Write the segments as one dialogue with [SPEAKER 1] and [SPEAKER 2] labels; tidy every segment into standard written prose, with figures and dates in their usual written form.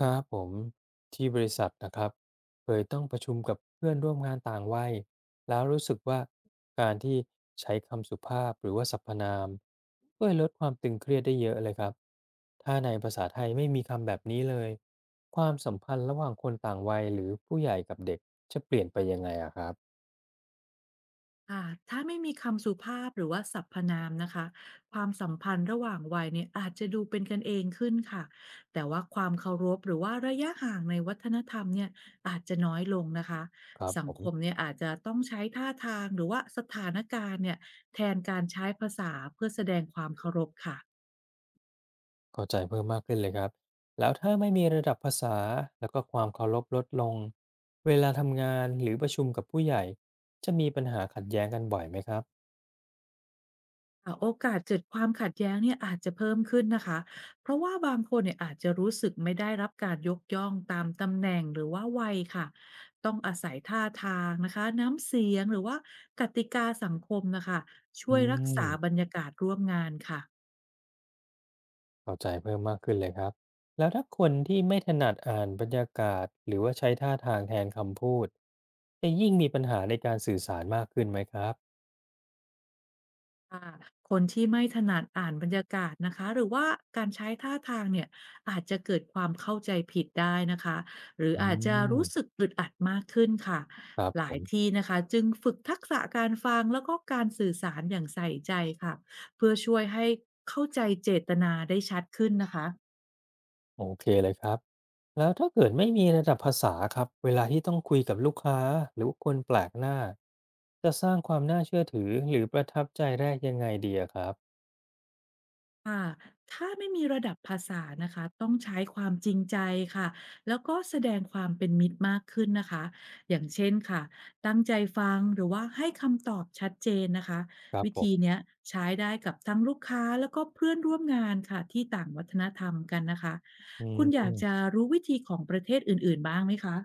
[SPEAKER 1] ครับผมที่บริษัทนะครับเคยต้องประชุมกับเพื่อนร่วมงานต่างวัยแล้วรู้สึกว่าการที่ใช้คำสุภาพหรือว่าสรรพนามช่วยลดความตึงเครียดได้เยอะเลยครับถ้าในภาษาไทยไม่มีคำแบบนี้เลยความสัมพันธ์ระหว่างคนต่างวัยหรือผู้ใหญ่กับเด็กจะเปลี่ยนไปยังไงอะครับ
[SPEAKER 2] ค่ะถ้าไม่มีคำสุภาพหรือว่าสรรพนามนะคะความสัมพันธ์ระหว่างวัยเนี่ยอาจจะดูเป็นกันเองขึ้นค่ะแต่ว่าความเคารพหรือว่าระยะห่างในวัฒนธรรมเนี่ยอาจจะน้อยลงนะคะ
[SPEAKER 1] ครับ
[SPEAKER 2] สัง
[SPEAKER 1] ผ
[SPEAKER 2] คม
[SPEAKER 1] ม
[SPEAKER 2] เนี่ยอาจจะต้องใช้ท่าทางหรือว่าสถานการณ์เนี่ยแทนการใช้ภาษาเพื่อแสดงความเคารพค่ะ
[SPEAKER 1] เข้าใจเพิ่มมากขึ้นเลยครับแล้วถ้าไม่มีระดับภาษาแล้วก็ความเคารพลดลงเวลาทำงานหรือประชุมกับผู้ใหญ่จะมีปัญหาขัดแย้งกันบ่อยไหมครับ
[SPEAKER 2] โอกาสเกิดความขัดแย้งเนี่ยอาจจะเพิ่มขึ้นนะคะ เพราะว่าบางคนเนี่ยอาจจะรู้สึกไม่ได้รับการยกย่องตามตำแหน่งหรือว่าวัยค่ะ ต้องอาศัยท่าทางนะคะน้ำเสียงหรือว่ากติกาสังคมนะคะช่
[SPEAKER 1] อื
[SPEAKER 2] วยรัก
[SPEAKER 1] ม
[SPEAKER 2] ษาบรรยากาศร่วมงานค่ะ
[SPEAKER 1] เข้าใจเพิ่มมากขึ้นเลยครับแล้วถ้าคนที่ไม่ถนัดอ่านบรรยากาศหรือว่าใช้ท่าทางแทนคำพูดจะยิ่งมีปัญหาในการสื่อสารมากขึ้นไหมครับ
[SPEAKER 2] ค่ะคนที่ไม่ถนัดอ่านบรรยากาศนะคะหรือว่าการใช้ท่าทางเนี่ยอาจจะเกิดความเข้าใจผิดได้นะคะหรือ
[SPEAKER 1] อื
[SPEAKER 2] อาจจะ
[SPEAKER 1] ม
[SPEAKER 2] รู้สึกอึดอัดมากขึ้นค่ะ
[SPEAKER 1] ครับ
[SPEAKER 2] ห
[SPEAKER 1] ผ
[SPEAKER 2] ลาย
[SPEAKER 1] ม
[SPEAKER 2] ที่นะคะจึงฝึกทักษะการฟังแล้วก็การสื่อสารอย่างใส่ใจค่ะเพื่อช่วยให้เข้าใจเจตนาได้ชัดขึ้นนะคะ
[SPEAKER 1] โอเคเลยครับแล้วถ้าเกิดไม่มีระดับภาษาครับเวลาที่ต้องคุยกับลูกค้าหรือว่าคนแปลกหน้าจะสร้างความน่าเชื่อถือหรือประทับใจแรกยังไงดีอะครับ
[SPEAKER 2] ค่ะถ้าไม่มีระดับภาษานะคะต้องใช้ความจริงใจค่ะแล้วก็แสดงความเป็นมิตรมากขึ้นนะคะอย่างเช่นค่ะตั้งใจฟังหรือว่าให้คำตอบชัดเจนนะคะ
[SPEAKER 1] ครับ
[SPEAKER 2] วิ
[SPEAKER 1] ผ
[SPEAKER 2] ธี
[SPEAKER 1] ม
[SPEAKER 2] เนี้ยใช้ได้กับทั้งลูกค้าแล้วก็เพื่อนร่วมงานค่ะที่ต่างวัฒนธรรมกันนะคะ
[SPEAKER 1] อื
[SPEAKER 2] คุณอยากจะ
[SPEAKER 1] ม
[SPEAKER 2] รู้วิธีของประเทศอื่นๆบ้างไหมคะ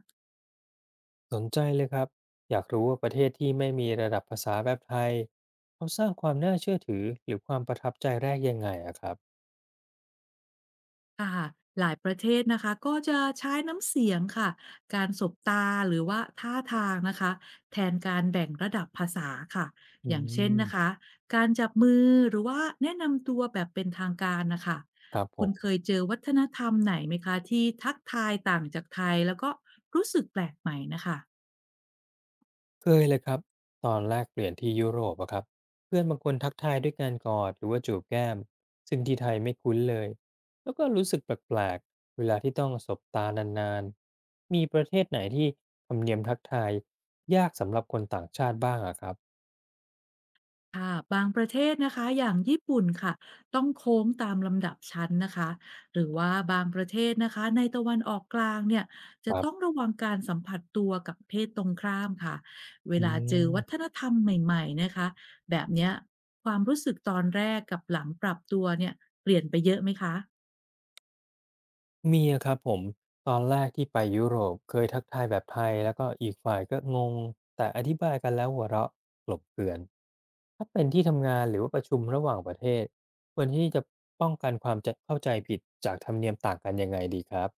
[SPEAKER 1] สนใจเลยครับอยากรู้ว่าประเทศที่ไม่มีระดับภาษาแบบไทยเขาสร้างความน่าเชื่อถือหรือความประทับใจแรกยังไงอะครับ
[SPEAKER 2] ค่ะหลายประเทศนะคะก็จะใช้น้ำเสียงค่ะการสบตาหรือว่าท่าทางนะคะแทนการแบ่งระดับภาษาค่ะ
[SPEAKER 1] อื
[SPEAKER 2] อย่างเช่นนะคะ
[SPEAKER 1] ม
[SPEAKER 2] การจับมือหรือว่าแนะนำตัวแบบเป็นทางการนะคะ
[SPEAKER 1] ครับผ
[SPEAKER 2] คุณ
[SPEAKER 1] ม
[SPEAKER 2] เคยเจอวัฒนธรรมไหนไหมคะที่ทักทายต่างจากไทยแล้วก็รู้สึกแปลกใหม่นะคะ
[SPEAKER 1] เคยเลยครับตอนแรกเปลี่ยนที่ยุโรปอะครับเพื่อนบางคนทักทายด้วยการกอดหรือว่าจูบแก้มซึ่งที่ไทยไม่คุ้นเลยแล้วก็รู้สึกแปลกๆเวลาที่ต้องสบตานานๆมีประเทศไหนที่ธรรมเนียมทักทายยากสำหรับคนต่างชาติบ้างอะครับ
[SPEAKER 2] ค่ะบางประเทศนะคะอย่างญี่ปุ่นค่ะต้องโค้งตามลำดับชั้นนะคะหรือว่าบางประเทศนะคะในตะวันออกกลางเนี่ย
[SPEAKER 1] ค
[SPEAKER 2] จะ
[SPEAKER 1] รั
[SPEAKER 2] ต้อง
[SPEAKER 1] บ
[SPEAKER 2] ระวังการสัมผัสตัวกับเพศตรงข้ามค่ะเว
[SPEAKER 1] อื
[SPEAKER 2] ลาเจอวัฒ
[SPEAKER 1] ม
[SPEAKER 2] นธรรมใหม่ๆนะคะแบบเนี้ยความรู้สึกตอนแรกกับหลังปรับตัวเนี่ยเปลี่ยนไปเยอะไหมคะ
[SPEAKER 1] มีอะครับผมตอนแรกที่ไปยุโรปเคยทักทายแบบไทยแล้วก็อีกฝ่ายก็งงแต่อธิบายกันแล้วหัวเราะกลบเกลื่อนถ้าเป็นที่ทำงานหรือว่าประชุมระหว่างประเทศควรที่จะป้องกันความจะเข้าใจผิดจากธรรมเนียมต่างกันยังไงดีครับ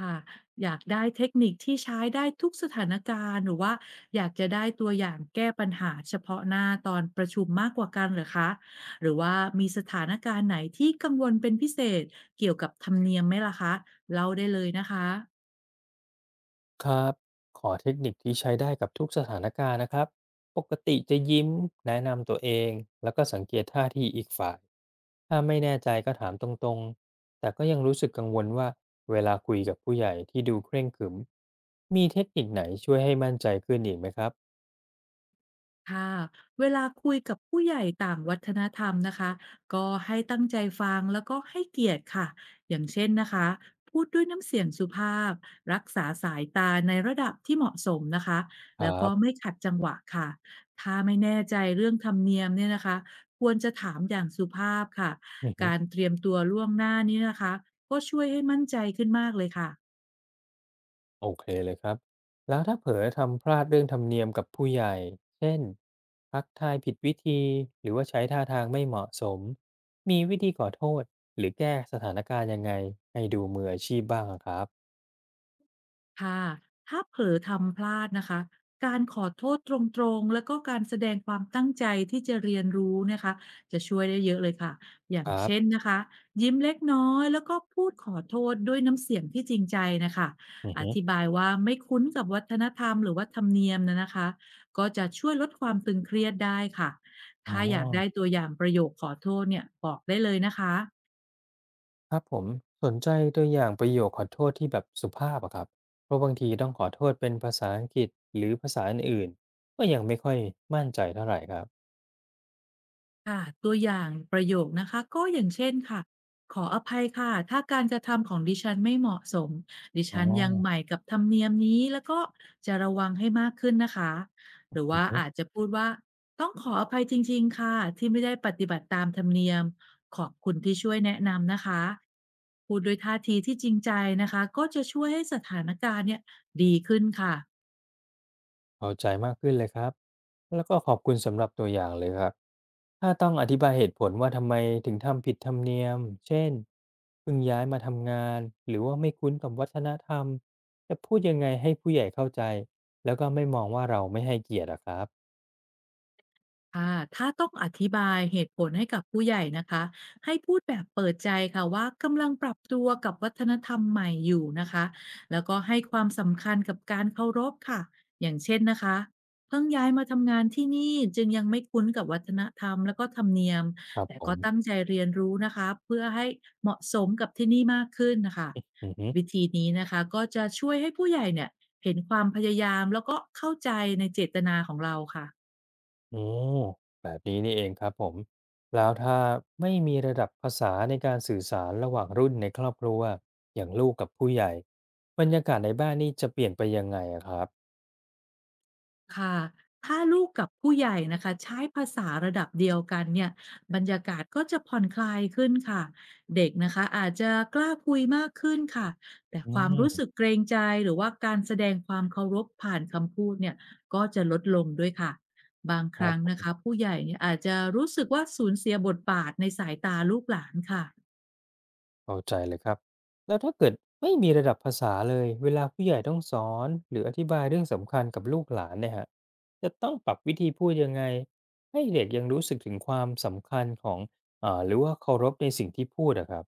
[SPEAKER 2] ค่ะอยากได้เทคนิคที่ใช้ได้ทุกสถานการณ์หรือว่าอยากจะได้ตัวอย่างแก้ปัญหาเฉพาะหน้าตอนประชุมมากกว่ากันเหรอคะหรือว่ามีสถานการณ์ไหนที่กังวลเป็นพิเศษเกี่ยวกับธรรมเนียมไหมล่ะคะเล่าได้เลยนะคะ
[SPEAKER 1] ครับขอเทคนิคที่ใช้ได้กับทุกสถานการณ์นะครับปกติจะยิ้มแนะนำตัวเองแล้วก็สังเกตท่าทีอีกฝ่ายถ้าไม่แน่ใจก็ถามตรงๆแต่ก็ยังรู้สึกกังวลว่าเวลาคุยกับผู้ใหญ่ที่ดูเคร่งขรึมมีเทคนิคไหนช่วยให้มั่นใจขึ้นอีกไหมครับ
[SPEAKER 2] ค่ะเวลาคุยกับผู้ใหญ่ต่างวัฒนธรรมนะคะก็ให้ตั้งใจฟังแล้วก็ให้เกียรติค่ะอย่างเช่นนะคะพูดด้วยน้ำเสียงสุภาพรักษาสายตาในระดับที่เหมาะสมนะคะ
[SPEAKER 1] คร
[SPEAKER 2] แล้วก็
[SPEAKER 1] ั
[SPEAKER 2] ไม่ขัดจังหวะค่ะถ้าไม่แน่ใจเรื่องธรรมเนียมเนี่ยนะคะควรจะถามอย่างสุภาพค่ะกา
[SPEAKER 1] บ
[SPEAKER 2] รเตรียมตัวล่วงหน้านี้นะคะก็ช่วยให้มั่นใจขึ้นมากเลยค่ะ
[SPEAKER 1] โอเคเลยครับ แล้วถ้าเผลอทำพลาดเรื่องธรรมเนียมกับผู้ใหญ่ เช่นทักทายผิดวิธี หรือว่าใช้ท่าทางไม่เหมาะสม มีวิธีขอโทษหรือแก้สถานการณ์ยังไงให้ดูมืออาชีพบ้างอะครับ
[SPEAKER 2] ค่ะถ้าเผลอทำพลาดนะคะการขอโทษตรงๆแล้วก็การแสดงความตั้งใจที่จะเรียนรู้นะคะจะช่วยได้เยอะเลยค่ะอย่าง
[SPEAKER 1] ครั
[SPEAKER 2] เช่น
[SPEAKER 1] บ
[SPEAKER 2] นะคะยิ้มเล็กน้อยแล้วก็พูดขอโทษด้วยน้ำเสียงที่จริงใจนะคะ
[SPEAKER 1] อือ
[SPEAKER 2] อ
[SPEAKER 1] ฮึ
[SPEAKER 2] ธิบายว่าไม่คุ้นกับวัฒนธรรมหรือว่าธรรมเนียมนะคะก็จะช่วยลดความตึงเครียดได้ค่ะ
[SPEAKER 1] อ๋อ
[SPEAKER 2] ถ้าอยากได้ตัวอย่างประโยคขอโทษเนี่ยบอกได้เลยนะคะ
[SPEAKER 1] ครับผมสนใจตัวอย่างประโยคขอโทษที่แบบสุภาพอะครับ เพราะบางทีต้องขอโทษเป็นภาษาอังกฤษหรือภาษาอื่นๆก็ยังไม่ค่อยมั่นใจเท่าไหรครับ
[SPEAKER 2] ค่ะตัวอย่างประโยคนะคะก็อย่างเช่นค่ะขออภัยค่ะถ้าการกระทำของดิฉันไม่เหมาะสมดิ
[SPEAKER 1] อ๋
[SPEAKER 2] ฉั
[SPEAKER 1] อ
[SPEAKER 2] นยังใหม่กับธรรมเนียมนี้แล้วก็จะระวังให้มากขึ้นนะคะหรือว่าอาจจะพูดว่าต้องขออภัยจริงๆค่ะที่ไม่ได้ปฏิบัติตามธรรมเนียมขอบคุณที่ช่วยแนะนำนะคะพูดด้วยท่าทีที่จริงใจนะคะก็จะช่วยให้สถานการณ์เนี่ยดีขึ้นค่ะ
[SPEAKER 1] เข้าใจมากขึ้นเลยครับแล้วก็ขอบคุณสำหรับตัวอย่างเลยครับถ้าต้องอธิบายเหตุผลว่าทำไมถึงทำผิดธรรมเนียมเช่นเพิ่งย้ายมาทำงาน หรือว่าไม่คุ้นกับวัฒนธรรมจะพูดยังไงให้ผู้ใหญ่เข้าใจ แล้วก็ไม่มองว่าเราไม่ให้เกียรติอะครับ
[SPEAKER 2] ค่ะถ้าต้องอธิบายเหตุผลให้กับผู้ใหญ่นะคะให้พูดแบบเปิดใจค่ะว่ากำลังปรับตัวกับวัฒนธรรมใหม่อยู่นะคะแล้วก็ให้ความสำคัญกับการเคารพค่ะอย่างเช่นนะคะเพิ่งย้ายมาทำงานที่นี่จึงยังไม่คุ้นกับวัฒนธรรมแล้วก็ธรรมเนียม
[SPEAKER 1] ครับ
[SPEAKER 2] แต่
[SPEAKER 1] ผ
[SPEAKER 2] ก็
[SPEAKER 1] ม
[SPEAKER 2] ตั้งใจเรียนรู้นะคะเพื่อให้เหมาะสมกับที่นี่มากขึ้นนะคะ
[SPEAKER 1] อือฮึ
[SPEAKER 2] วิธีนี้นะคะก็จะช่วยให้ผู้ใหญ่เนี่ยเห็นความพยายามแล้วก็เข้าใจในเจตนาของเราค่ะ
[SPEAKER 1] โอ้แบบนี้นี่เองครับผมแล้วถ้าไม่มีระดับภาษาในการสื่อสารระหว่างรุ่นในครอบครัวอย่างลูกกับผู้ใหญ่บรรยากาศในบ้านนี่จะเปลี่ยนไปยังไงอะครับ
[SPEAKER 2] ค่ะถ้าลูกกับผู้ใหญ่นะคะใช้ภาษาระดับเดียวกันเนี่ยบรรยากาศก็จะผ่อนคลายขึ้นค่ะเด็กนะคะอาจจะกล้าคุยมากขึ้นค่ะแต่
[SPEAKER 1] อื
[SPEAKER 2] ความรู้สึก
[SPEAKER 1] ม
[SPEAKER 2] เกรงใจหรือว่าการแสดงความเคารพผ่านคำพูดเนี่ยก็จะลดลงด้วยค่ะบาง
[SPEAKER 1] ค
[SPEAKER 2] ค
[SPEAKER 1] รับ
[SPEAKER 2] รั้ง
[SPEAKER 1] ผ
[SPEAKER 2] นะคะ
[SPEAKER 1] ม
[SPEAKER 2] ผู้ใหญ่เนี่ยอาจจะรู้สึกว่าสูญเสียบทบาทในสายตาลูกหลานค่ะ
[SPEAKER 1] เข้าใจเลยครับแล้วถ้าเกิดไม่มีระดับภาษาเลยเวลาผู้ใหญ่ต้องสอนหรืออธิบายเรื่องสำคัญกับลูกหลานเนี่ยฮะจะต้องปรับวิธีพูดยังไงให้เด็กยังรู้สึกถึงความสำคัญของหรือว่าเคารพในสิ่งที่พูดอะครับ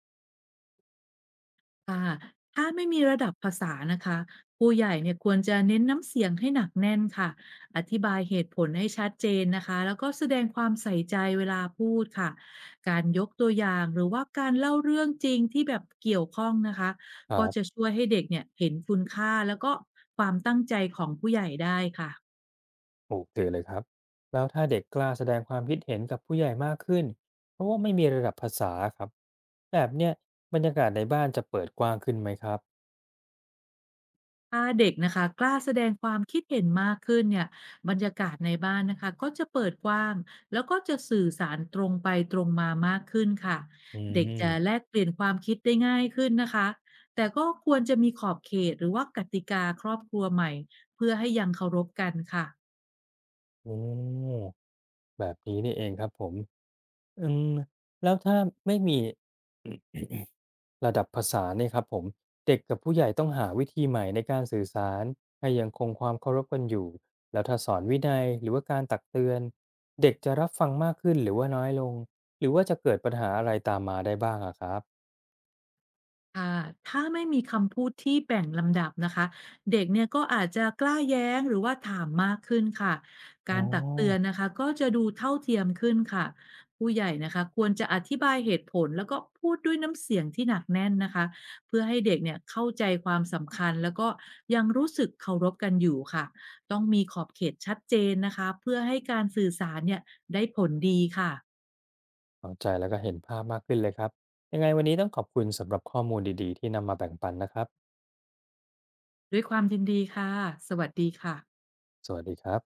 [SPEAKER 2] ค่ะถ้าไม่มีระดับภาษานะคะผู้ใหญ่เนี่ยควรจะเน้นน้ำเสียงให้หนักแน่นค่ะอธิบายเหตุผลให้ชัดเจนนะคะแล้วก็แสดงความใส่ใจเวลาพูดค่ะการยกตัวอย่างหรือว่าการเล่าเรื่องจริงที่แบบเกี่ยวข้องนะคะ
[SPEAKER 1] ครั
[SPEAKER 2] ก็จะ
[SPEAKER 1] บ
[SPEAKER 2] ช่วยให้เด็กเนี่ยเห็นคุณค่าแล้วก็ความตั้งใจของผู้ใหญ่ได้ค่ะ
[SPEAKER 1] โอเคเลยครับแล้วถ้าเด็กกล้าแสดงความคิดเห็นกับผู้ใหญ่มากขึ้นเพราะว่าไม่มีระดับภาษาครับแบบเนี้ยบรรยากาศในบ้านจะเปิดกว้างขึ้นไหมครับ
[SPEAKER 2] ถ้าเด็กนะคะกล้าแสดงความคิดเห็นมากขึ้นเนี่ยบรรยากาศในบ้านนะคะก็จะเปิดกว้างแล้วก็จะสื่อสารตรงไปตรงมามากขึ้นค่ะ
[SPEAKER 1] อื
[SPEAKER 2] เด็กจะแล
[SPEAKER 1] ม
[SPEAKER 2] กเปลี่ยนความคิดได้ง่ายขึ้นนะคะแต่ก็ควรจะมีขอบเขตหรือว่ากติกาครอบครัวใหม่เพื่อให้ยังเคารพกันค่ะ
[SPEAKER 1] โอ้แบบนี้นี่เองครับผม อืมแล้วถ้าไม่มีระดับภาษาเนี่ยครับผมเด็กกับผู้ใหญ่ต้องหาวิธีใหม่ในการสื่อสารให้ยังคงความเคารพกันอยู่แล้วถ้าสอนวินัยหรือว่าการตักเตือนเด็กจะรับฟังมากขึ้นหรือว่าน้อยลงหรือว่าจะเกิดปัญหาอะไรตามมาได้บ้างอะครับ
[SPEAKER 2] ค่ะถ้าไม่มีคำพูดที่แบ่งลำดับนะคะเด็กเนี่ยก็อาจจะกล้าแย้งหรือว่าถามมากขึ้นค่ะ
[SPEAKER 1] อ๋
[SPEAKER 2] กา
[SPEAKER 1] อ
[SPEAKER 2] รตักเตือนนะคะก็จะดูเท่าเทียมขึ้นค่ะผู้ใหญ่นะคะควรจะอธิบายเหตุผลแล้วก็พูดด้วยน้ำเสียงที่หนักแน่นนะคะเพื่อให้เด็กเนี่ยเข้าใจความสำคัญแล้วก็ยังรู้สึกเคารพกันอยู่ค่ะต้องมีขอบเขตชัดเจนนะคะเพื่อให้การสื่อสารเนี่ยได้ผลดีค่ะ
[SPEAKER 1] เข้าใจแล้วก็เห็นภาพมากขึ้นเลยครับยังไงวันนี้ต้องขอบคุณสำหรับข้อมูลดีๆที่นำมาแบ่งปันนะครับ
[SPEAKER 2] ด้วยความยินดีค่ะสวัสดีค่ะ
[SPEAKER 1] สวัสดีครับ